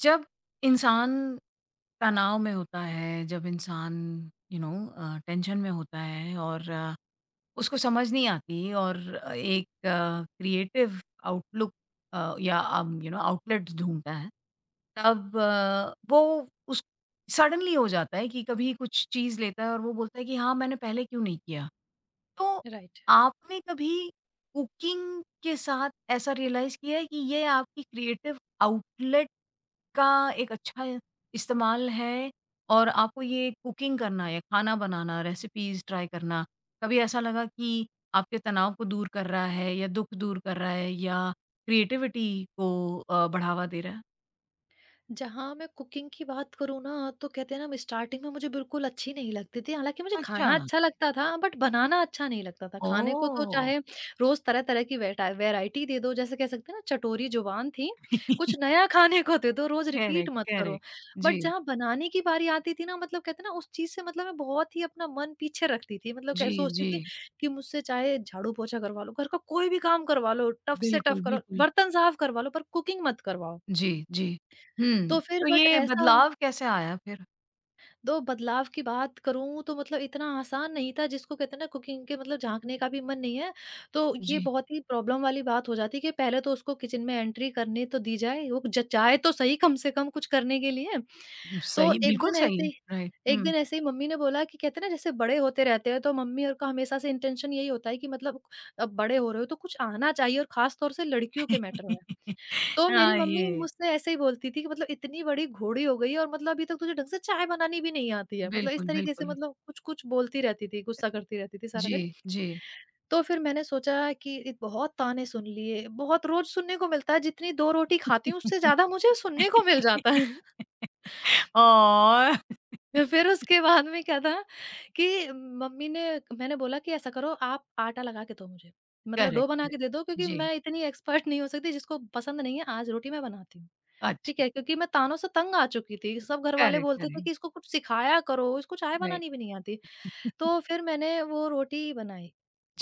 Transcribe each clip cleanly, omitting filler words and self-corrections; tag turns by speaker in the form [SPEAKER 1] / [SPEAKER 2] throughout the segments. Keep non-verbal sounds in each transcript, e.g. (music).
[SPEAKER 1] जब इंसान तनाव में होता है, जब इंसान टेंशन में होता है और उसको समझ नहीं आती और एक क्रिएटिव आउटलुक अ, या अम, यू नो आउटलेट्स ढूँढता है, तब वो उस सडनली हो जाता है कि कभी कुछ चीज़ लेता है और वो बोलता है कि हाँ, मैंने पहले क्यों नहीं किया? तो
[SPEAKER 2] राइट।
[SPEAKER 1] आपने कभी कुकिंग के साथ ऐसा रियलाइज़ किया है कि ये आपकी क्रिएटिव आउटलेट का एक अच्छा इस्तेमाल है और आपको ये कुकिंग करना या खाना बनाना, रेसिपीज़ ट्राई करना, कभी ऐसा लगा कि आपके तनाव को दूर कर रहा है या दुःख दूर कर रहा है या क्रिएटिविटी को बढ़ावा दे रहा है?
[SPEAKER 2] जहाँ मैं कुकिंग की बात करूँ ना, तो कहते हैं ना, मैं स्टार्टिंग में मुझे बिल्कुल अच्छी नहीं लगती थी। हालाँकि मुझे
[SPEAKER 1] अच्छा,
[SPEAKER 2] खाना अच्छा लगता था, बट बनाना अच्छा नहीं लगता था। खाने को तो
[SPEAKER 1] ओह!
[SPEAKER 2] चाहे रोज़ तरह-तरह की वेटा वैरायटी दे दो, जैसे कह सकते हैं ना, चटोरी ज़ुबान थी। कुछ
[SPEAKER 1] (laughs)
[SPEAKER 2] नया खाने को दे दो, रोज़ रिपीट
[SPEAKER 1] करेक्ट,
[SPEAKER 2] मत करो।
[SPEAKER 1] करेक्ट।
[SPEAKER 2] बट
[SPEAKER 1] जी,
[SPEAKER 2] जहाँ बनाने की बारी आती थी ना, मतलब कहते हैं ना, उस चीज़ से मतलब मैं बहुत ही अपना मन पीछे रखती थी। मतलब
[SPEAKER 1] जी,
[SPEAKER 2] कै सोचती
[SPEAKER 1] जी।
[SPEAKER 2] थी कि मुझसे चाहे झाड़ू-पोछा करवा लो, घर का कोई भी काम करवा लो, टफ़ से
[SPEAKER 1] बिल्कुल,
[SPEAKER 2] टफ़ करो,
[SPEAKER 1] बिल्कुल।
[SPEAKER 2] बर्तन साफ करवा लो, पर कुकिंग मत करवाओ।
[SPEAKER 1] जी, जी। हुँ,
[SPEAKER 2] तो फिर
[SPEAKER 1] तो
[SPEAKER 2] बट
[SPEAKER 1] ये
[SPEAKER 2] ऐसा
[SPEAKER 1] बदलाव कैसे आया फिर?
[SPEAKER 2] तो बदलाव की बात करूँ तो मतलब इतना आसान नहीं था, जिसको कहते हैं ना कुकिंग के मतलब झाँकने का भी मन नहीं है। तो ये
[SPEAKER 1] जी,
[SPEAKER 2] बहुत ही प्रॉब्लम वाली बात हो जाती है कि पहले तो उसको किचन में एंट्री करने तो दी जाए, वो ज जाए तो सही, कम से कम कुछ करने के लिए। तो
[SPEAKER 1] सही बिल्कुल सही है। राइट,
[SPEAKER 2] एक
[SPEAKER 1] हुँ।
[SPEAKER 2] दिन ऐसे ही मम्मी ने बोला कि कहते हैं ना, जैसे बड़े होते रहते हैं तो मम्मी और का हमेशा से इंटेंशन यही होता है कि मतलब अब बड़े हो रहे हो तो कुछ आना चाहिए, और ख़ास तौर से लड़कियों के मैटर में।
[SPEAKER 1] (laughs)
[SPEAKER 2] तो मेरी
[SPEAKER 1] हाँ,
[SPEAKER 2] मम्मी
[SPEAKER 1] ये
[SPEAKER 2] मुझसे ऐसे ही बोलती थी कि मतलब इतनी बड़ी घोड़ी हो गई है और मतलब अभी तक तुझे ढंग से चाय बनानी भी नहीं आती है। मतलब इस
[SPEAKER 1] बिल्कुल,
[SPEAKER 2] तरीके से
[SPEAKER 1] बिल्कुल।
[SPEAKER 2] मतलब कुछ-कुछ बोलती रहती थी, गुस्सा करती रहती थी सारा दिन।
[SPEAKER 1] जी, जी।
[SPEAKER 2] तो फिर मैंने सोचा कि इत बहुत ताने सुन लिए, बहुत रोज़ सुनने को मिलता है, जितनी 2 रोटी खाती हूँ उससे ज़्यादा मुझे सुनने को मिल जाता है।
[SPEAKER 1] (laughs)
[SPEAKER 2] (laughs)
[SPEAKER 1] और
[SPEAKER 2] तो फिर उसके बाद में क्या था कि मम्मी ने मैंने बोला कि ऐसा करो, आप आटा लगा के दो मुझे। मतलब
[SPEAKER 1] करेक्ट,
[SPEAKER 2] डो बना
[SPEAKER 1] करेक्ट।
[SPEAKER 2] के दे दो, क्योंकि
[SPEAKER 1] जी,
[SPEAKER 2] मैं इतनी एक्सपर्ट नहीं हो सकती जिसको पसंद नहीं है। आज रोटी मैं बनाती हूँ। ठीक
[SPEAKER 1] अच्छा,
[SPEAKER 2] है, क्योंकि मैं तानों से तंग आ चुकी थी। सब घरवाले
[SPEAKER 1] करेक्ट,
[SPEAKER 2] बोलते थे
[SPEAKER 1] करेक्ट,
[SPEAKER 2] कि इसको कुछ सिखाया करो, इसको चाय
[SPEAKER 1] राइट,
[SPEAKER 2] बनानी भी नहीं आती। तो फिर मैंने वो रोटी बनाई,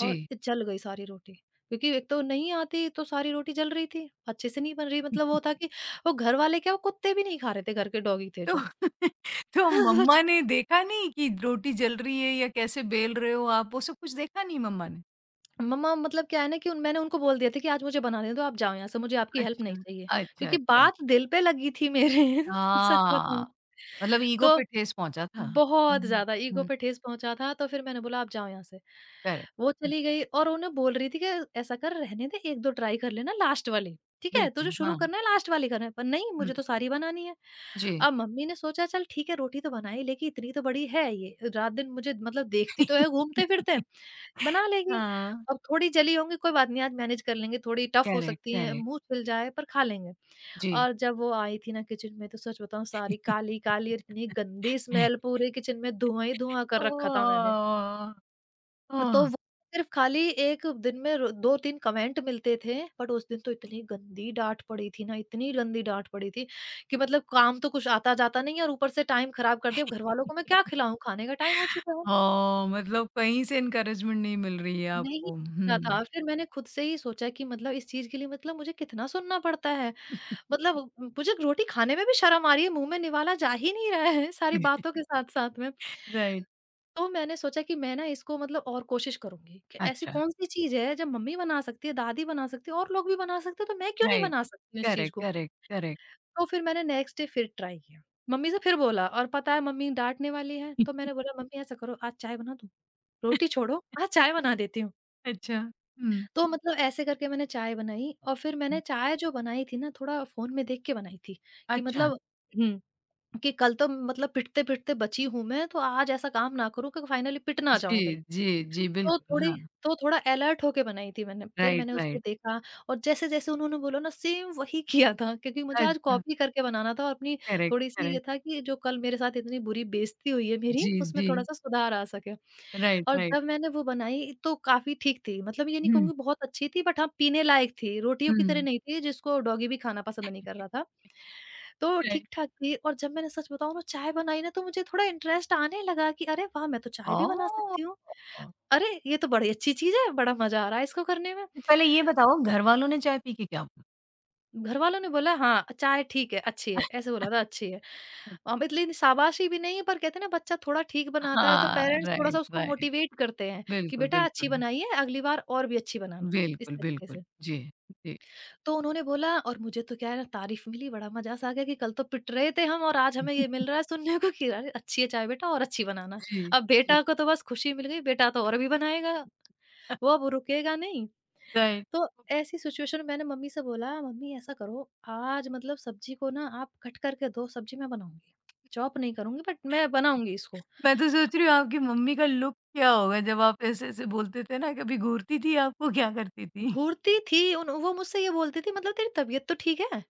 [SPEAKER 2] और जल गई सारी रोटी, क्योंकि एक तो नहीं आती तो सारी रोटी जल रही थी, अच्छे से नहीं बन रही। मतलब
[SPEAKER 1] तो
[SPEAKER 2] वो था कि वो घरवाले क्या, वो कुत्ते भी नहीं खा रहे थे, घर के डॉगी थे जो।
[SPEAKER 1] (laughs) तो
[SPEAKER 2] (laughs)
[SPEAKER 1] मम्मा
[SPEAKER 2] सच
[SPEAKER 1] ने देखा नहीं कि रोटी जल रही है या कैसे बेल रहे हो आप? वो सब कुछ देखा नहीं मम्मा ने?
[SPEAKER 2] मम्मा मतलब क्या है ना कि उन मैंने उनको बोल दिया था कि आज मुझे बनाने दो, आप जाओ यहाँ से, मुझे आपकी हेल्प
[SPEAKER 1] अच्छा,
[SPEAKER 2] नहीं चाहिए,
[SPEAKER 1] अच्छा,
[SPEAKER 2] क्योंकि
[SPEAKER 1] अच्छा।
[SPEAKER 2] बात दिल पे लगी थी मेरे। (laughs) सच
[SPEAKER 1] हाँ,
[SPEAKER 2] बताऊँ
[SPEAKER 1] मतलब ईगो
[SPEAKER 2] तो
[SPEAKER 1] पे ठेस पहुँचा था।
[SPEAKER 2] बहुत
[SPEAKER 1] हुँ,
[SPEAKER 2] ज़्यादा ईगो
[SPEAKER 1] हुँ,
[SPEAKER 2] पे ठेस पहुँचा था, तो फिर मैंने बोला, "आप जाओ यहाँ से।"
[SPEAKER 1] करेक्ट,
[SPEAKER 2] वो
[SPEAKER 1] हुँ,
[SPEAKER 2] चली गई और उन्हें बोल रही थी कि, "ऐसा कर, रहने दे, 1-2 ट्राई कर लेना लास्ट वाली, ठीक है? तुझे
[SPEAKER 1] बिल्कुल,
[SPEAKER 2] शुरू
[SPEAKER 1] हाँ,
[SPEAKER 2] करना है, लास्ट वाली करना है।" पर नहीं,
[SPEAKER 1] हुँ,
[SPEAKER 2] मुझे तो सारी बनानी है।
[SPEAKER 1] जी।
[SPEAKER 2] अब मम्मी ने सोचा, "चल ठीक है, रोटी तो बना ही लेगी, इतनी तो बड़ी है ये। रात-दिन मुझे मतलब देखती तो है
[SPEAKER 1] (laughs)
[SPEAKER 2] घूमते-फिरते, बना लेगी।
[SPEAKER 1] हाँ।
[SPEAKER 2] अब थोड़ी जली होंगी, कोई बात नहीं, आज मैनेज कर लेंगे। थोड़ी टफ़ हो
[SPEAKER 1] करेक्ट,
[SPEAKER 2] सकती हैं,
[SPEAKER 1] करेक्ट।
[SPEAKER 2] मुँह छिल जाए, पर खा लेंगे।"
[SPEAKER 1] जी।
[SPEAKER 2] और जब वो आई थी ना किचन में, तो सच बताऊँ, सारी
[SPEAKER 1] (laughs)
[SPEAKER 2] काली-काली और इतनी गंदी स्मेल, पूरे किचन में धुआँ ही धुआँ कर रखा था मैंने।
[SPEAKER 1] ओह! ओह!
[SPEAKER 2] तो वो सिर्फ़ खाली 1 दिन में रो 2-3 कमेंट मिलते थे, बट उस दिन तो इतनी गंदी डाँट पड़ी थी ना, इतनी गंदी डाँट पड़ी थी कि मतलब काम तो कुछ आता-जाता नहीं है और ऊपर से टाइम खराब कर दिया। अब घरवालों को मैं क्या खिलाऊँ? खाने का टाइम हो चुका है।
[SPEAKER 1] ओह! मतलब कहीं से एनकरेजमेंट नहीं मिल रही है
[SPEAKER 2] नहीं
[SPEAKER 1] आपको।
[SPEAKER 2] ना
[SPEAKER 1] हुँ।
[SPEAKER 2] था। फिर मैंने खुद से ही सोचा कि मतलब इस चीज़ के लिए मतलब मुझे कितना सुनना पड़ता है। मतलब म मुझे रोटी खाने में भी शर्म आ रही है, मुँह में निवाला जा ही नहीं रहा है सारी बातों के
[SPEAKER 1] (laughs)
[SPEAKER 2] साथ-साथ में।
[SPEAKER 1] राइट।
[SPEAKER 2] तो मैंने सोचा कि मैं ना इसको मतलब और कोशिश करूँगी कि ऐसी
[SPEAKER 1] अच्छा,
[SPEAKER 2] कौन-सी चीज़ है जब मम्मी बना सकती है, दादी बना सकती है और लोग भी बना सकते हैं, तो मैं क्यों नहीं
[SPEAKER 1] राइट।
[SPEAKER 2] बना सकती हूँ इस चीज़
[SPEAKER 1] करेक्ट,
[SPEAKER 2] को?
[SPEAKER 1] Correct, correct.
[SPEAKER 2] तो फिर मैंने नेक्स्ट डे फिर ट्राई किया। मम्मी से फिर बोला, और पता है मम्मी डाँटने वाली हैं, तो
[SPEAKER 1] (laughs)
[SPEAKER 2] मैंने बोला, "मम्मी ऐसा करो, आज चाय बना दूँ? रोटी छोड़ो, आज चाय बना देती हूँ।"
[SPEAKER 1] अच्छा। हुँ।
[SPEAKER 2] तो मतलब ऐसे करके मैंने चाय बनाई, और फिर मैंने चाय जो बनाई थी ना थोड़ा फ़ोन में देख के बनाई थी, कि
[SPEAKER 1] अच्छा।
[SPEAKER 2] मतलब हुँ। कि कल तो मतलब पिटते-पिटते बची हूँ मैं, तो आज ऐसा काम ना करूँ कि फाइनली पिट ना
[SPEAKER 1] जी,
[SPEAKER 2] जाऊँ कहीं।
[SPEAKER 1] जी, जी,
[SPEAKER 2] तो
[SPEAKER 1] बिल्कुल, हाँ।
[SPEAKER 2] थोड़ी तो थोड़ा अलर्ट होके बनाई थी मैंने, फिर
[SPEAKER 1] राइट,
[SPEAKER 2] मैंने उसको
[SPEAKER 1] राइट।
[SPEAKER 2] देखा, और जैसे-जैसे उन्होंने बोला ना, सेम वही (laughs) किया था, क्योंकि मुझे आज
[SPEAKER 1] अच्छा,
[SPEAKER 2] कॉपी करके बनाना था, और अपनी
[SPEAKER 1] करेक्ट,
[SPEAKER 2] थोड़ी-सी ये
[SPEAKER 1] करेक्ट।
[SPEAKER 2] था कि जो कल मेरे साथ इतनी बुरी बेइज़्ती हुई है मेरी,
[SPEAKER 1] जी,
[SPEAKER 2] उसमें
[SPEAKER 1] जी।
[SPEAKER 2] थोड़ा-सा सुधार आ सके।
[SPEAKER 1] राइट,
[SPEAKER 2] और
[SPEAKER 1] राइट।
[SPEAKER 2] जब मैंने वो बनाई तो काफ़ी ठीक थी, मतलब ये नहीं
[SPEAKER 1] हुँ,
[SPEAKER 2] कहूँगी बहुत अच्छी थी, बट हाँ, पीने लायक थी, रोटियों की तरह
[SPEAKER 1] हुँ।
[SPEAKER 2] नहीं थी जिसको डॉगी भी खाना पसंद नहीं कर रहा था। तो
[SPEAKER 1] राइट।
[SPEAKER 2] ठीक-ठाक थी, और जब मैंने सच बताऊँ ना चाय बनाई ना, तो मुझे थोड़ा इंटरेस्ट आने लगा कि अरे वाह! मैं तो चाय भी बना
[SPEAKER 1] ओह!
[SPEAKER 2] सकती हूँ। अरे! ये तो बड़ी अच्छी चीज़ है, बड़ा मज़ा आ रहा है इसको करने में।
[SPEAKER 1] तो पहले ये बताओ घरवालों ने चाय पी के क्या
[SPEAKER 2] घरवालों ने बोला, "हाँ, चाय ठीक है, अच्छी है।" ऐसे बोला था अच्छी है। इतनी शाबाशी भी नहीं है, पर कहते हैं ना बच्चा थोड़ा ठीक बनाता है तो
[SPEAKER 1] हाँ,
[SPEAKER 2] पेरेंट्स
[SPEAKER 1] राइट,
[SPEAKER 2] थोड़ा-सा उसको
[SPEAKER 1] राइट।
[SPEAKER 2] मोटिवेट करते हैं कि
[SPEAKER 1] बिल्कुल,
[SPEAKER 2] बेटा अच्छी
[SPEAKER 1] बिल्कुल।
[SPEAKER 2] बनाई है, अगली बार और भी अच्छी बनाना, इस
[SPEAKER 1] बिल्कुल,
[SPEAKER 2] तरीके
[SPEAKER 1] बिल्कुल।
[SPEAKER 2] से।
[SPEAKER 1] जी, जी,
[SPEAKER 2] तो उन्होंने बोला, और मुझे तो क्या है ना, तारीफ़ मिली, बड़ा मज़ा सा आ गया कि कल तो पिट रहे थे हम, और आज हमें ये मिल रहा है सुनने को कि अरे अच्छी है चाय बेटा, और अच्छी बनाना।
[SPEAKER 1] जी,
[SPEAKER 2] अब
[SPEAKER 1] जी।
[SPEAKER 2] बेटा को तो बस खुशी मिल गई, बेटा तो और भी बनाएगा, वो अब रुकेगा नहीं।
[SPEAKER 1] राइट।
[SPEAKER 2] तो ऐसी सिचुएशन में मैंने मम्मी से बोला, "मम्मी ऐसा करो, आज मतलब सब्जी को ना आप कट करके दो, सब्जी मैं बनाऊंगी, चॉप नहीं करूंगी, बट मैं बनाऊंगी इसको।"
[SPEAKER 1] मैं तो सोच रही हूँ आपकी मम्मी का लुक क्या होगा जब आप ऐसे-ऐसे बोलते थे ना, कभी घूरती थी आपको, क्या करती थी?
[SPEAKER 2] घूरती थी उन, वो मुझसे ये बोलती थी, मतलब तेरी तबीयत तो ठीक है?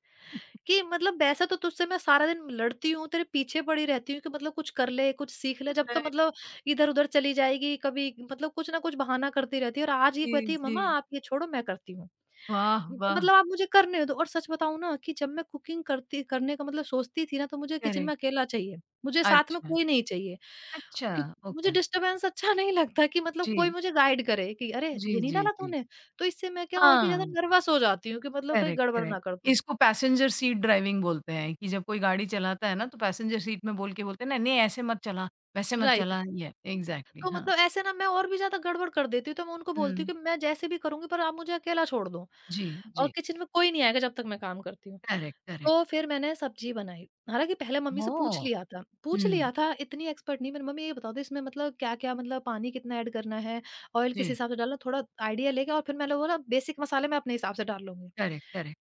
[SPEAKER 2] कि मतलब वैसे तो तुझसे मैं सारा दिन लड़ती हूँ, तेरे पीछे पड़ी रहती हूँ कि मतलब कुछ कर ले, कुछ सीख ले, जब तो
[SPEAKER 1] राइट,
[SPEAKER 2] मतलब इधर-उधर चली जाएगी, कभी मतलब कुछ ना कुछ बहाना करती रहती है, और आज ये
[SPEAKER 1] जी,
[SPEAKER 2] कहती है,
[SPEAKER 1] जी।
[SPEAKER 2] "मम्मा आप ये छोड़ो, मैं करती हूँ।"
[SPEAKER 1] वाह,
[SPEAKER 2] म
[SPEAKER 1] वाह!
[SPEAKER 2] मतलब आप मुझे करने दो। और सच बताऊँ ना कि जब मैं कुकिंग करती करने का मतलब सोचती थी ना, तो मुझे किचन
[SPEAKER 1] करेक्ट।
[SPEAKER 2] में अकेला चाहिए, मुझे साथ में
[SPEAKER 1] अच्छा,
[SPEAKER 2] कोई नहीं चाहिए,
[SPEAKER 1] अच्छा,
[SPEAKER 2] कि मुझे
[SPEAKER 1] ओके।
[SPEAKER 2] डिस्टर्बेंस अच्छा नहीं लगता, कि मतलब कोई
[SPEAKER 1] जी,
[SPEAKER 2] मुझे गाइड करे कि, "अरे!
[SPEAKER 1] जी,
[SPEAKER 2] ये नहीं
[SPEAKER 1] जी,
[SPEAKER 2] डाला
[SPEAKER 1] जी।
[SPEAKER 2] तूने?" तो इससे मैं क्या और भी ज़्यादा
[SPEAKER 1] हाँ।
[SPEAKER 2] नर्वस हो जाती हूँ कि मतलब कहीं
[SPEAKER 1] करेक्ट,
[SPEAKER 2] गड़बड़
[SPEAKER 1] करेक्ट।
[SPEAKER 2] ना कर दूँ।
[SPEAKER 1] इसको पैसेंजर सीट ड्राइविंग बोलते हैं कि जब कोई गाड़ी चलाता है ना, तो पैसेंजर सीट में बोल के बोलते हैं, "नहीं-नहीं, ऐसे मत चला, वैसे मत
[SPEAKER 2] राइट।
[SPEAKER 1] चला।" ये एग्ज़ैक्टली
[SPEAKER 2] तो
[SPEAKER 1] हाँ।
[SPEAKER 2] मतलब ऐसे ना मैं और भी ज़्यादा गड़बड़ कर देती हूँ, तो मैं उनको बोलती
[SPEAKER 1] हुँ।
[SPEAKER 2] हूँ कि मैं जैसे भी करूँगी, पर आप मुझे अकेला छोड़ दो,
[SPEAKER 1] जी,
[SPEAKER 2] और
[SPEAKER 1] जी।
[SPEAKER 2] किचन में कोई नहीं आएगा जब तक मैं काम करती हूँ।
[SPEAKER 1] Correct, correct.
[SPEAKER 2] तो फिर मैंने सब्ज़ी बनाई, हालाँकि पहले मम्मी से पूछ
[SPEAKER 1] ओह!
[SPEAKER 2] लिया था पूछ
[SPEAKER 1] हुँ।
[SPEAKER 2] लिया था इतनी एक्सपर्ट नहीं मेरी मम्मी, ये बता दो इसमें मतलब क्या-क्या, मतलब पानी कितना ऐड करना है, ऑयल किस
[SPEAKER 1] जी।
[SPEAKER 2] हिसाब से डालना, थोड़ा आइडिया लेके, और फिर मैंने बोला बेसिक मसाले मैं अपने हिसाब से डाल लूँगी।
[SPEAKER 1] Correct, correct.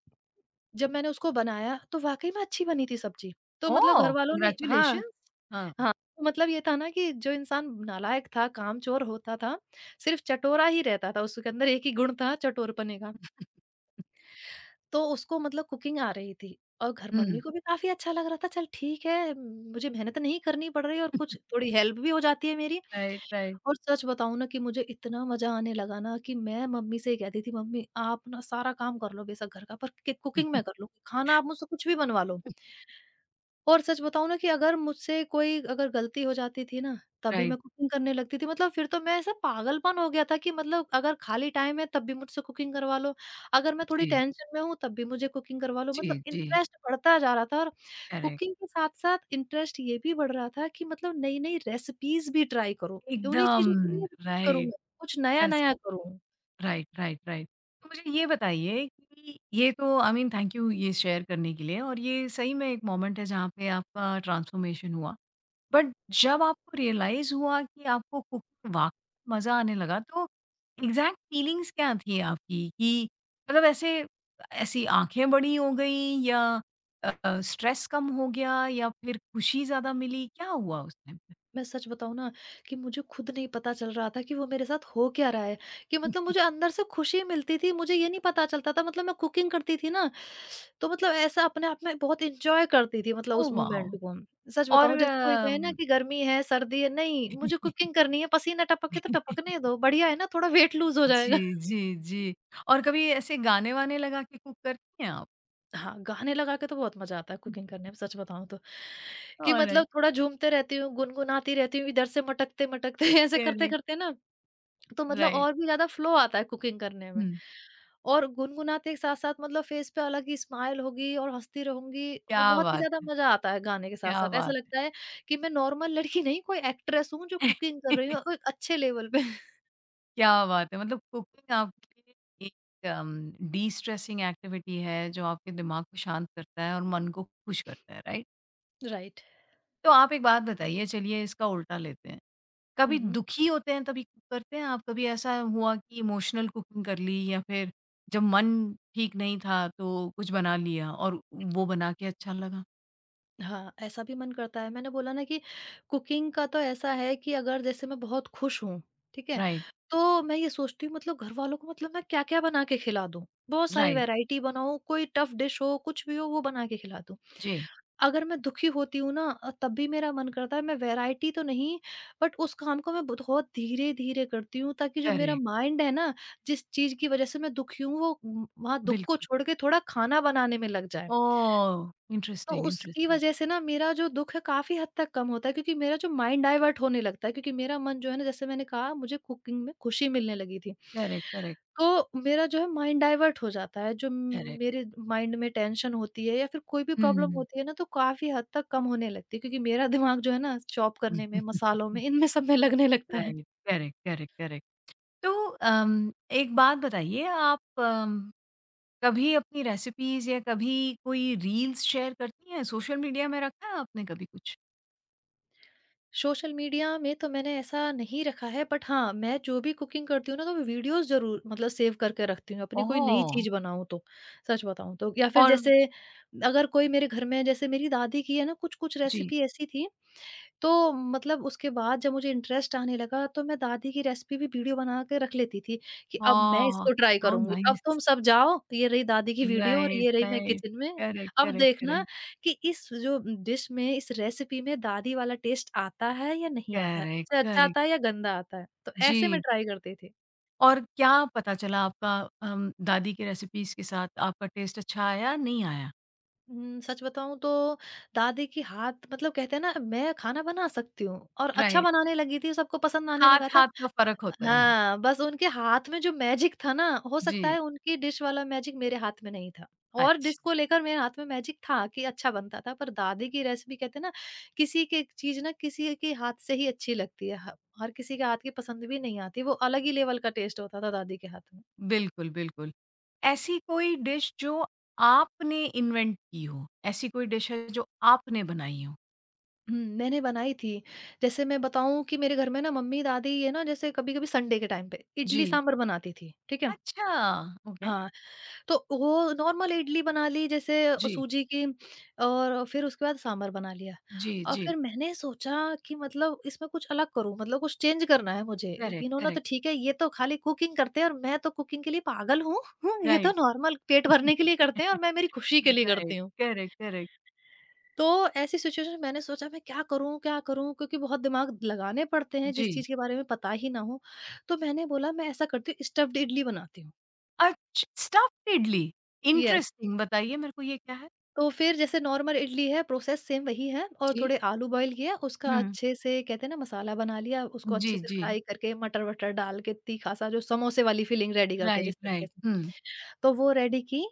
[SPEAKER 2] जब मैंने उसको बनाया तो वाक़ई में अच्छी बनी थी सब्ज़ी। तो मतलब
[SPEAKER 1] ओह!
[SPEAKER 2] घरवालों ने, हाँ।
[SPEAKER 1] कांग्रेचुलेशन्स! हाँ।
[SPEAKER 2] हाँ, तो मतलब ये था ना कि जो इंसान नालायक था, कामचोर होता था, सिर्फ़ चटोरा ही रहता था, उसके अंदर एक ही गुण था चटोरपने का। तो उसको मतलब कुकिंग आ रही थी, और घर मम्मी
[SPEAKER 1] हुँ।
[SPEAKER 2] को भी काफ़ी अच्छा लग रहा था, चल ठीक है, मुझे मेहनत नहीं करनी पड़ रही, और कुछ थोड़ी हेल्प भी हो जाती है मेरी।
[SPEAKER 1] Right, right. राइट।
[SPEAKER 2] और सच बताऊँ ना कि मुझे इतना मज़ा आने लगा ना कि मैं मम्मी से ही कहती थी, "मम्मी आप ना सारा काम कर लो बेशक घर का, पर कि कुकिंग मैं
[SPEAKER 1] (laughs)
[SPEAKER 2] कर लूँगी, खाना आप मुझसे कुछ भी बनवा लो।" और सच बताऊँ ना कि अगर मुझसे कोई अगर गलती हो जाती थी ना, तभी मैं कुकिंग करने लगती थी। मतलब फिर तो मैं ऐसा पागलपन हो गया था कि मतलब अगर खाली टाइम है तब भी मुझसे कुकिंग करवा लो, अगर मैं थोड़ी
[SPEAKER 1] जी,
[SPEAKER 2] टेंशन में हूँ तब भी मुझे कुकिंग करवा लो। मतलब
[SPEAKER 1] जी, जी।
[SPEAKER 2] इंटरेस्ट बढ़ता जा रहा था, और
[SPEAKER 1] करेक्ट।
[SPEAKER 2] कुकिंग के साथ-साथ इंटरेस्ट ये भी बढ़ रहा था कि मतलब नई-नई रेसिपीज़ भी ट्राई करूँ। उन्हीं
[SPEAKER 1] एकदम
[SPEAKER 2] चीज़ों को नहीं रिपीट करूँ मैं,
[SPEAKER 1] राइट।
[SPEAKER 2] कुछ
[SPEAKER 1] कैसा
[SPEAKER 2] नया-नया करूँ।
[SPEAKER 1] Right, right, right. तो मुझे ये बताइए कि ये तो आई मीन थैंक यू ये शेयर करने के लिए और ये सही में एक मोमेंट है जहाँ पे आपका ट्रांसफॉर्मेशन हुआ। बट जब आपको रियलाइज़ हुआ कि आपको कुकिंग वाक़ई मज़ा आने लगा तो एग्ज़ैक्ट फीलिंग्स क्या थी आपकी कि मतलब ऐसे ऐसी आँखें बड़ी हो गईं या स्ट्रेस कम हो गया या फिर खुशी ज़्यादा मिली? क्या हुआ उस टाइम पे?
[SPEAKER 2] मैं सच बताऊँ ना, कि मुझे खुद नहीं पता चल रहा था कि वो मेरे साथ हो क्या रहा है, कि मतलब मुझे अंदर से खुशी मिलती थी, मुझे ये नहीं पता चलता था। मतलब मैं कुकिंग करती थी ना, तो मतलब ऐसा अपने आप में बहुत एन्जॉय करती थी मतलब
[SPEAKER 1] ओह
[SPEAKER 2] उस
[SPEAKER 1] वाओ!
[SPEAKER 2] मोमेंट को। सच
[SPEAKER 1] और
[SPEAKER 2] बताऊँ, जैसे कोई कहे ना कि गर्मी है, सर्दी है, नहीं मुझे कुकिंग
[SPEAKER 1] (laughs)
[SPEAKER 2] करनी है, पसीना टपके तो टपकने दो, बढ़िया है ना, थोड़ा वेट लूज़ हो जाएगा।
[SPEAKER 1] जी,
[SPEAKER 2] (laughs)
[SPEAKER 1] जी, जी। और कभी ऐसे गाने-वाने लगा के कुक करती हैं आप?
[SPEAKER 2] हाँ, गाने लगा के तो बहुत मज़ा आता है कुकिंग करने में, सच बताऊँ तो, कि
[SPEAKER 1] ऑलराइट,
[SPEAKER 2] मतलब थोड़ा झूमते रहती हूँ, गुनगुनाती रहती हूँ, इधर से मटकते-मटकते (laughs) ऐसे
[SPEAKER 1] करेक्ट,
[SPEAKER 2] करते-करते ना, तो मतलब
[SPEAKER 1] राइट।
[SPEAKER 2] और भी ज़्यादा फ्लो आता है कुकिंग करने में।
[SPEAKER 1] हुँ,
[SPEAKER 2] और गुनगुनाते के साथ-साथ मतलब फेस पे अलग ही स्माइल होगी, और हँसती रहूँगी, और
[SPEAKER 1] क्या
[SPEAKER 2] बहुत ही
[SPEAKER 1] बात
[SPEAKER 2] ज़्यादा
[SPEAKER 1] है!
[SPEAKER 2] मज़ा आता है गाने के
[SPEAKER 1] क्या
[SPEAKER 2] साथ-साथ। ऐसा
[SPEAKER 1] बात है!
[SPEAKER 2] लगता है कि मैं नॉर्मल लड़की नहीं, कोई एक्ट्रेस हूँ जो कुकिंग कर रही हूँ, और
[SPEAKER 1] (laughs)
[SPEAKER 2] एक अच्छे लेवल पे। (laughs)
[SPEAKER 1] क्या बात है! मतलब कुकिंग आपके लिए एक डिस्ट्रेसिंग एक्टिविटी है, जो आपके दिमाग को शांत करता है और मन को खुश करता है, राइट?
[SPEAKER 2] राइट।
[SPEAKER 1] तो आप एक बात बताइए, चलिए इसका उल्टा लेते हैं। कभी
[SPEAKER 2] हुँ, हुँ।
[SPEAKER 1] दुखी होते हैं तभी कुक करते हैं आप? कभी ऐसा हुआ कि इमोशनल कुकिंग कर ली या फिर जब मन ठीक नहीं था तो कुछ बना लिया और वो बना के अच्छा लगा?
[SPEAKER 2] हाँ, ऐसा भी मन करता है। मैंने बोला ना कि कुकिंग का तो ऐसा है कि अगर जैसे मैं बहुत खुश हूँ, ठीक है?
[SPEAKER 1] राइट,
[SPEAKER 2] तो मैं ये सोचती हूँ, मतलब घरवालों को, मतलब मैं क्या-क्या बना के खिला दूँ। बहुत सारी
[SPEAKER 1] राइट।
[SPEAKER 2] वैरायटी बनाऊँ, कोई टफ़ डिश हो, कुछ भी हो, वो बना के खिला दूँ।
[SPEAKER 1] जी,
[SPEAKER 2] अगर मैं दुखी होती हूँ ना तब भी मेरा मन करता है, मैं वैरायटी तो नहीं, बट उस काम को मैं बहुत धीरे-धीरे करती हूँ, ताकि जो मेरा
[SPEAKER 1] करेक्ट,
[SPEAKER 2] माइंड है ना, जिस चीज़ की वज़ह से मैं दुखी हूँ, वो वहाँ दुःख को
[SPEAKER 1] बिल्कुल।
[SPEAKER 2] छोड़ के थोड़ा खाना बनाने में लग जाए।
[SPEAKER 1] ओह!
[SPEAKER 2] तो
[SPEAKER 1] इंटरेस्टिंग,
[SPEAKER 2] उसकी
[SPEAKER 1] इंटरेस्टिंग।
[SPEAKER 2] वजह से ना मेरा जो दुःख है काफ़ी हद तक कम होता है, क्योंकि मेरा जो माइंड डाइवर्ट होने लगता है, क्योंकि मेरा मन जो है ना, जैसे मैंने कहा, मुझे कुकिंग में खुशी मिलने लगी थी।
[SPEAKER 1] करेक्ट, करेक्ट,
[SPEAKER 2] तो मेरा जो है माइंड डाइवर्ट हो जाता है, जो
[SPEAKER 1] करेक्ट।
[SPEAKER 2] मेरे माइंड में टेंशन होती है या फिर कोई भी प्रॉब्लम
[SPEAKER 1] हुँ।
[SPEAKER 2] होती है ना, तो काफ़ी हद तक कम होने लगती है, क्योंकि मेरा दिमाग जो है ना, चॉप करने में, मसालों
[SPEAKER 1] (laughs)
[SPEAKER 2] में, इनमें सब में लगने लगता है।
[SPEAKER 1] Right, correct, correct, correct. तो एक बात बताइए आप कभी अपनी रेसिपीज़ या कभी कोई रील्स शेयर करती हैं? सोशल मीडिया में रखा है आपने कभी कुछ?
[SPEAKER 2] सोशल मीडिया में तो मैंने ऐसा नहीं रखा है, बट हाँ, मैं जो भी कुकिंग करती हूँ ना, तो मैं वीडियोज़ ज़रूर मतलब सेव करके रखती हूँ, अपनी कोई नई
[SPEAKER 1] ओह!
[SPEAKER 2] चीज़ बनाऊँ तो, सच बताऊँ तो। या फिर
[SPEAKER 1] और
[SPEAKER 2] जैसे अगर कोई मेरे घर में, जैसे मेरी दादी की है ना कुछ-कुछ
[SPEAKER 1] जी,
[SPEAKER 2] रेसिपी ऐसी थी, तो मतलब उसके बाद जब मुझे इंटरेस्ट आने लगा, तो मैं दादी की रेसिपी भी वीडियो बना के रख लेती थी, कि अब मैं
[SPEAKER 1] हाँ,
[SPEAKER 2] इसको ट्राई
[SPEAKER 1] हाउ
[SPEAKER 2] करूँगी। अब तुम
[SPEAKER 1] नाइस।
[SPEAKER 2] सब जाओ, ये रही दादी की वीडियो और
[SPEAKER 1] राइट,
[SPEAKER 2] ये रही मैं
[SPEAKER 1] राइट,
[SPEAKER 2] किचन में।
[SPEAKER 1] करेक्ट,
[SPEAKER 2] अब
[SPEAKER 1] करेक्ट,
[SPEAKER 2] देखना
[SPEAKER 1] करेक्ट,
[SPEAKER 2] कि इस जो डिश में, इस रेसिपी में दादी वाला टेस्ट आता है या नहीं आता है?
[SPEAKER 1] करेक्ट,
[SPEAKER 2] उससे अच्छा
[SPEAKER 1] करेक्ट,
[SPEAKER 2] आता है या गंदा आता है? तो ऐसे मैं
[SPEAKER 1] जी।
[SPEAKER 2] ट्राई करती थी।
[SPEAKER 1] और क्या पता चला आपका दादी की रेसिपीज़ के साथ आपका टेस्ट अच्छा आया, नहीं आया?
[SPEAKER 2] सच बताऊँ तो दादी की हाथ, मतलब कहते हैं ना, मैं खाना बना सकती हूँ और अच्छा
[SPEAKER 1] राइट,
[SPEAKER 2] बनाने लगी थी, सबको पसंद आने लगा था।
[SPEAKER 1] हाथ-हाथ का फ़र्क होता है।
[SPEAKER 2] हाँ, बस उनके हाथ में जो मैजिक था ना, हो सकता
[SPEAKER 1] जी,
[SPEAKER 2] है उनकी डिश वाला मैजिक मेरे हाथ में नहीं था, और डिश
[SPEAKER 1] अच्छा,
[SPEAKER 2] को लेकर मेरे हाथ में मैजिक था कि अच्छा बनता था, पर दादी की रेसिपी, कहते हैं ना, किसी की चीज़ ना किसी के हाथ से ही अच्छी लगती है। ह हर किसी के हाथ की पसंद भी नहीं आती, वो अलग ही लेवल का टेस्ट होता था दादी के हाथ में।
[SPEAKER 1] बिल्कुल, बिल्कुल। ऐसी कोई डिश जो आपने इन्वेंट की हो, ऐसी कोई डिश है जो आपने बनाई हो?
[SPEAKER 2] हुँ, मैंने बनाई थी। जैसे मैं बताऊँ, कि मेरे घर में ना मम्मी-दादी ये ना, जैसे कभी-कभी संडे के टाइम पे
[SPEAKER 1] जी,
[SPEAKER 2] इडली-सांभर बनाती थी, ठीक है?
[SPEAKER 1] अच्छा, ओके।
[SPEAKER 2] हाँ, तो वो नॉर्मल इडली बना ली, जैसे
[SPEAKER 1] जी,
[SPEAKER 2] सूजी की, और फिर उसके बाद सांभर बना लिया।
[SPEAKER 1] जी,
[SPEAKER 2] और
[SPEAKER 1] जी।
[SPEAKER 2] फिर मैंने सोचा कि मतलब इसमें कुछ अलग करूँ, मतलब कुछ चेंज करना है मुझे।
[SPEAKER 1] करेक्ट,
[SPEAKER 2] इन्होंने तो
[SPEAKER 1] करेक्ट,
[SPEAKER 2] ठीक है, ये तो खाली कुकिंग करते हैं, और मैं तो कुकिंग के लिए पागल हूँ। (laughs) ये तो
[SPEAKER 1] राइट.
[SPEAKER 2] नॉर्मल पेट भरने के लिए करते हैं, और
[SPEAKER 1] (laughs)
[SPEAKER 2] मैं मेरी खुशी के लिए
[SPEAKER 1] राइट,
[SPEAKER 2] करती हूँ।
[SPEAKER 1] करेक्ट, करेक्ट,
[SPEAKER 2] तो ऐसी सिचुएशन में मैंने सोचा, मैं क्या करूँ, क्या करूँ? क्योंकि बहुत दिमाग लगाने पड़ते
[SPEAKER 1] (laughs)
[SPEAKER 2] हैं जिस
[SPEAKER 1] जी।
[SPEAKER 2] चीज़ के बारे में पता ही ना हो। तो मैंने बोला, मैं ऐसा करती हूँ, स्टफ्ड इडली बनाती हूँ।
[SPEAKER 1] अच्छ स्टफ़्ड इडली,
[SPEAKER 2] यस।
[SPEAKER 1] इंटरेस्टिंग बताइए मेरे को ये क्या है?
[SPEAKER 2] तो फिर जैसे नॉर्मल इडली है, प्रोसेस सेम वही है, और
[SPEAKER 1] जी,
[SPEAKER 2] थोड़े आलू बॉयल किया, उसका
[SPEAKER 1] हुँ,
[SPEAKER 2] अच्छे से, कहते हैं ना, मसाला बना लिया, उसको
[SPEAKER 1] जी,
[SPEAKER 2] अच्छे से
[SPEAKER 1] जी,
[SPEAKER 2] फ्राई करके मटर-वटर डाल के तीखा-सा, जो समोसे वाली फीलिंग रेडी करते हैं जिस
[SPEAKER 1] राइट,
[SPEAKER 2] तरीके
[SPEAKER 1] राइट,
[SPEAKER 2] से,
[SPEAKER 1] हुँ,
[SPEAKER 2] तो वो रेडी की।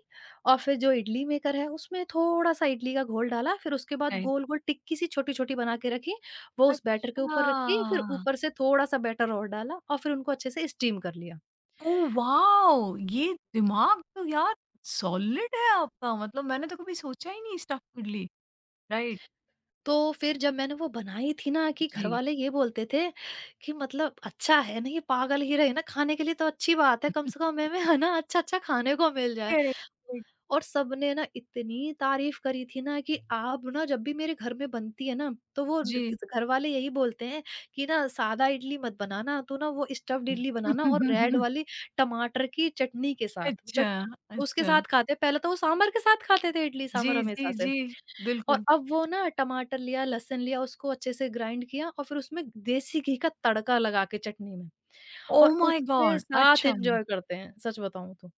[SPEAKER 2] और फिर जो इडली मेकर है, उसमें थोड़ा-सा इडली का घोल डाला, फिर उसके बाद
[SPEAKER 1] राइट,
[SPEAKER 2] गोल-गोल टिक्की-सी छोटी-छोटी बना के रखी, वो उस बैटर के
[SPEAKER 1] अच्छा।
[SPEAKER 2] ऊपर रखी, फिर ऊपर से थोड़ा-सा बैटर और डाला, और फिर उनको अच्छे से स्टीम कर लिया।
[SPEAKER 1] Oh wow! ये दिमाग तो यार सॉलिड है आपका, मतलब मैंने तो कभी सोचा ही नहीं स्टफ़्ड इडली, राइट,
[SPEAKER 2] तो फिर जब मैंने वो बनाई थी ना, कि
[SPEAKER 1] जी।
[SPEAKER 2] घरवाले ये बोलते थे कि मतलब अच्छा है ना, ये पागल ही रहे ना खाने के लिए, तो अच्छी बात है, कम
[SPEAKER 1] (laughs)
[SPEAKER 2] से कम हमें है ना अच्छा अच्छा खाने को मिल जाए।
[SPEAKER 1] करेक्ट, करेक्ट,
[SPEAKER 2] और सबने ना इतनी तारीफ करी थी ना, कि आप ना जब भी मेरे घर में बनती है ना, तो वो
[SPEAKER 1] जी।
[SPEAKER 2] घर वाले यही बोलते हैं कि ना सादा इडली मत बनाना, तो ना वो स्टफ्ड इडली बनाना, और रेड
[SPEAKER 1] (laughs)
[SPEAKER 2] वाली टमाटर की चटनी के साथ
[SPEAKER 1] अच्छा,
[SPEAKER 2] चट, उसके
[SPEAKER 1] अच्छा,
[SPEAKER 2] साथ खाते। पहले तो वो सांबर के साथ खाते थे, इडली
[SPEAKER 1] जी,
[SPEAKER 2] सांबर हमेशा
[SPEAKER 1] जी,
[SPEAKER 2] से,
[SPEAKER 1] जी,
[SPEAKER 2] और
[SPEAKER 1] बिल्कुल।
[SPEAKER 2] अब वो ना टमाटर लिया, लहसुन लिया, उसको अच्छे से ग्राइंड किया, और फिर उसमें देसी घी का तड़का लगा के चटनी, में
[SPEAKER 1] ओह
[SPEAKER 2] और
[SPEAKER 1] माय
[SPEAKER 2] उसके
[SPEAKER 1] गॉड!
[SPEAKER 2] साथ
[SPEAKER 1] अच्छा,
[SPEAKER 2] एन्जॉय करते हैं, सच बताऊँ तो।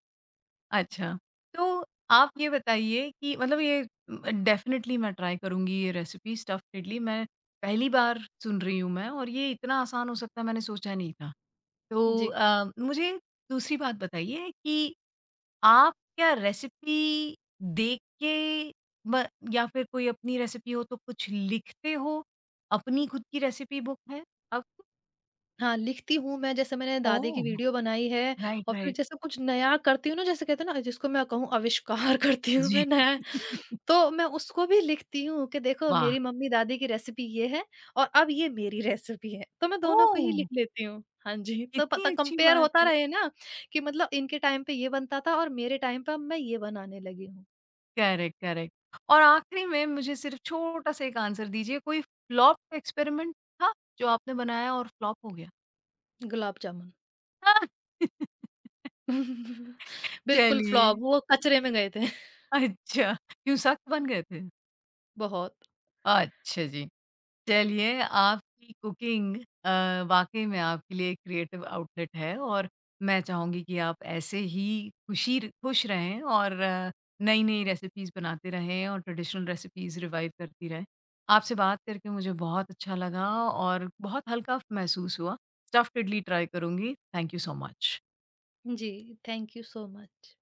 [SPEAKER 1] अच्छा। तो आप ये बताइए कि मतलब ये डेफ़िनेटली मैं ट्राई करूँगी ये रेसिपी स्टफ़्ड इडली, मैं पहली बार सुन रही हूँ मैं और ये इतना आसान हो सकता है मैंने सोचा नहीं था। तो
[SPEAKER 2] जी।
[SPEAKER 1] मुझे दूसरी बात बताइए कि आप क्या रेसिपी देख के ब या फिर कोई अपनी रेसिपी हो तो कुछ लिखते हो? अपनी खुद की रेसिपी बुक है आपकी?
[SPEAKER 2] हाँ, लिखती हूँ मैं, जैसे मैंने दादी की
[SPEAKER 1] ओह!
[SPEAKER 2] वीडियो बनाई है,
[SPEAKER 1] राइट,
[SPEAKER 2] और फिर
[SPEAKER 1] राइट।
[SPEAKER 2] जैसे कुछ नया करती हूँ ना, जैसे कहते हैं ना, जिसको मैं कहूँ आविष्कार (laughs) करती हूँ
[SPEAKER 1] जी।
[SPEAKER 2] मैं नया,
[SPEAKER 1] (laughs)
[SPEAKER 2] तो मैं उसको भी लिखती हूँ कि देखो,
[SPEAKER 1] वाह!
[SPEAKER 2] मेरी मम्मी-दादी की रेसिपी ये है, और अब ये मेरी रेसिपी है। तो मैं दोनों को ही
[SPEAKER 1] ओह!
[SPEAKER 2] लिख लेती हूँ। हाँ जी, तो
[SPEAKER 1] कितनी
[SPEAKER 2] पता
[SPEAKER 1] अच्छी
[SPEAKER 2] कंपेयर
[SPEAKER 1] बात
[SPEAKER 2] होता
[SPEAKER 1] है।
[SPEAKER 2] रहे ना, कि मतलब इनके टाइम पे ये बनता था, और मेरे टाइम पे अब मैं ये बनाने लगी हूँ।
[SPEAKER 1] करेक्ट, करेक्ट और आखिरी में मुझे सिर्फ छोटा-सा एक आंसर दीजिए, कोई फ्लॉप एक्सपेरिमेंट था, जो आपने बनाया और फ्लॉप हो गया?
[SPEAKER 2] गुलाब जामुन।
[SPEAKER 1] (laughs)
[SPEAKER 2] (laughs) बिल्कुल
[SPEAKER 1] चलिए,
[SPEAKER 2] फ्लॉप, वो कचरे में गए थे। (laughs)
[SPEAKER 1] अच्छा, क्यों सख्त बन गए थे?
[SPEAKER 2] बहुत।
[SPEAKER 1] अच्छा जी। चलिए, आपकी कुकिंग वाक़ई में आपके लिए क्रिएटिव आउटलेट है और मैं चाहूँगी कि आप ऐसे ही खुश रहें और नई-नई रेसिपीज़ बनाते रहें और ट्रेडिशनल रेसिपीज़ रिवाइव करती रहें। आपसे बात करके मुझे बहुत अच्छा लगा और बहुत हल्का महसूस हुआ। स्टफ़्ड इडली ट्राई करूँगी। Thank you so much.
[SPEAKER 2] जी, थैंक यू सो मच।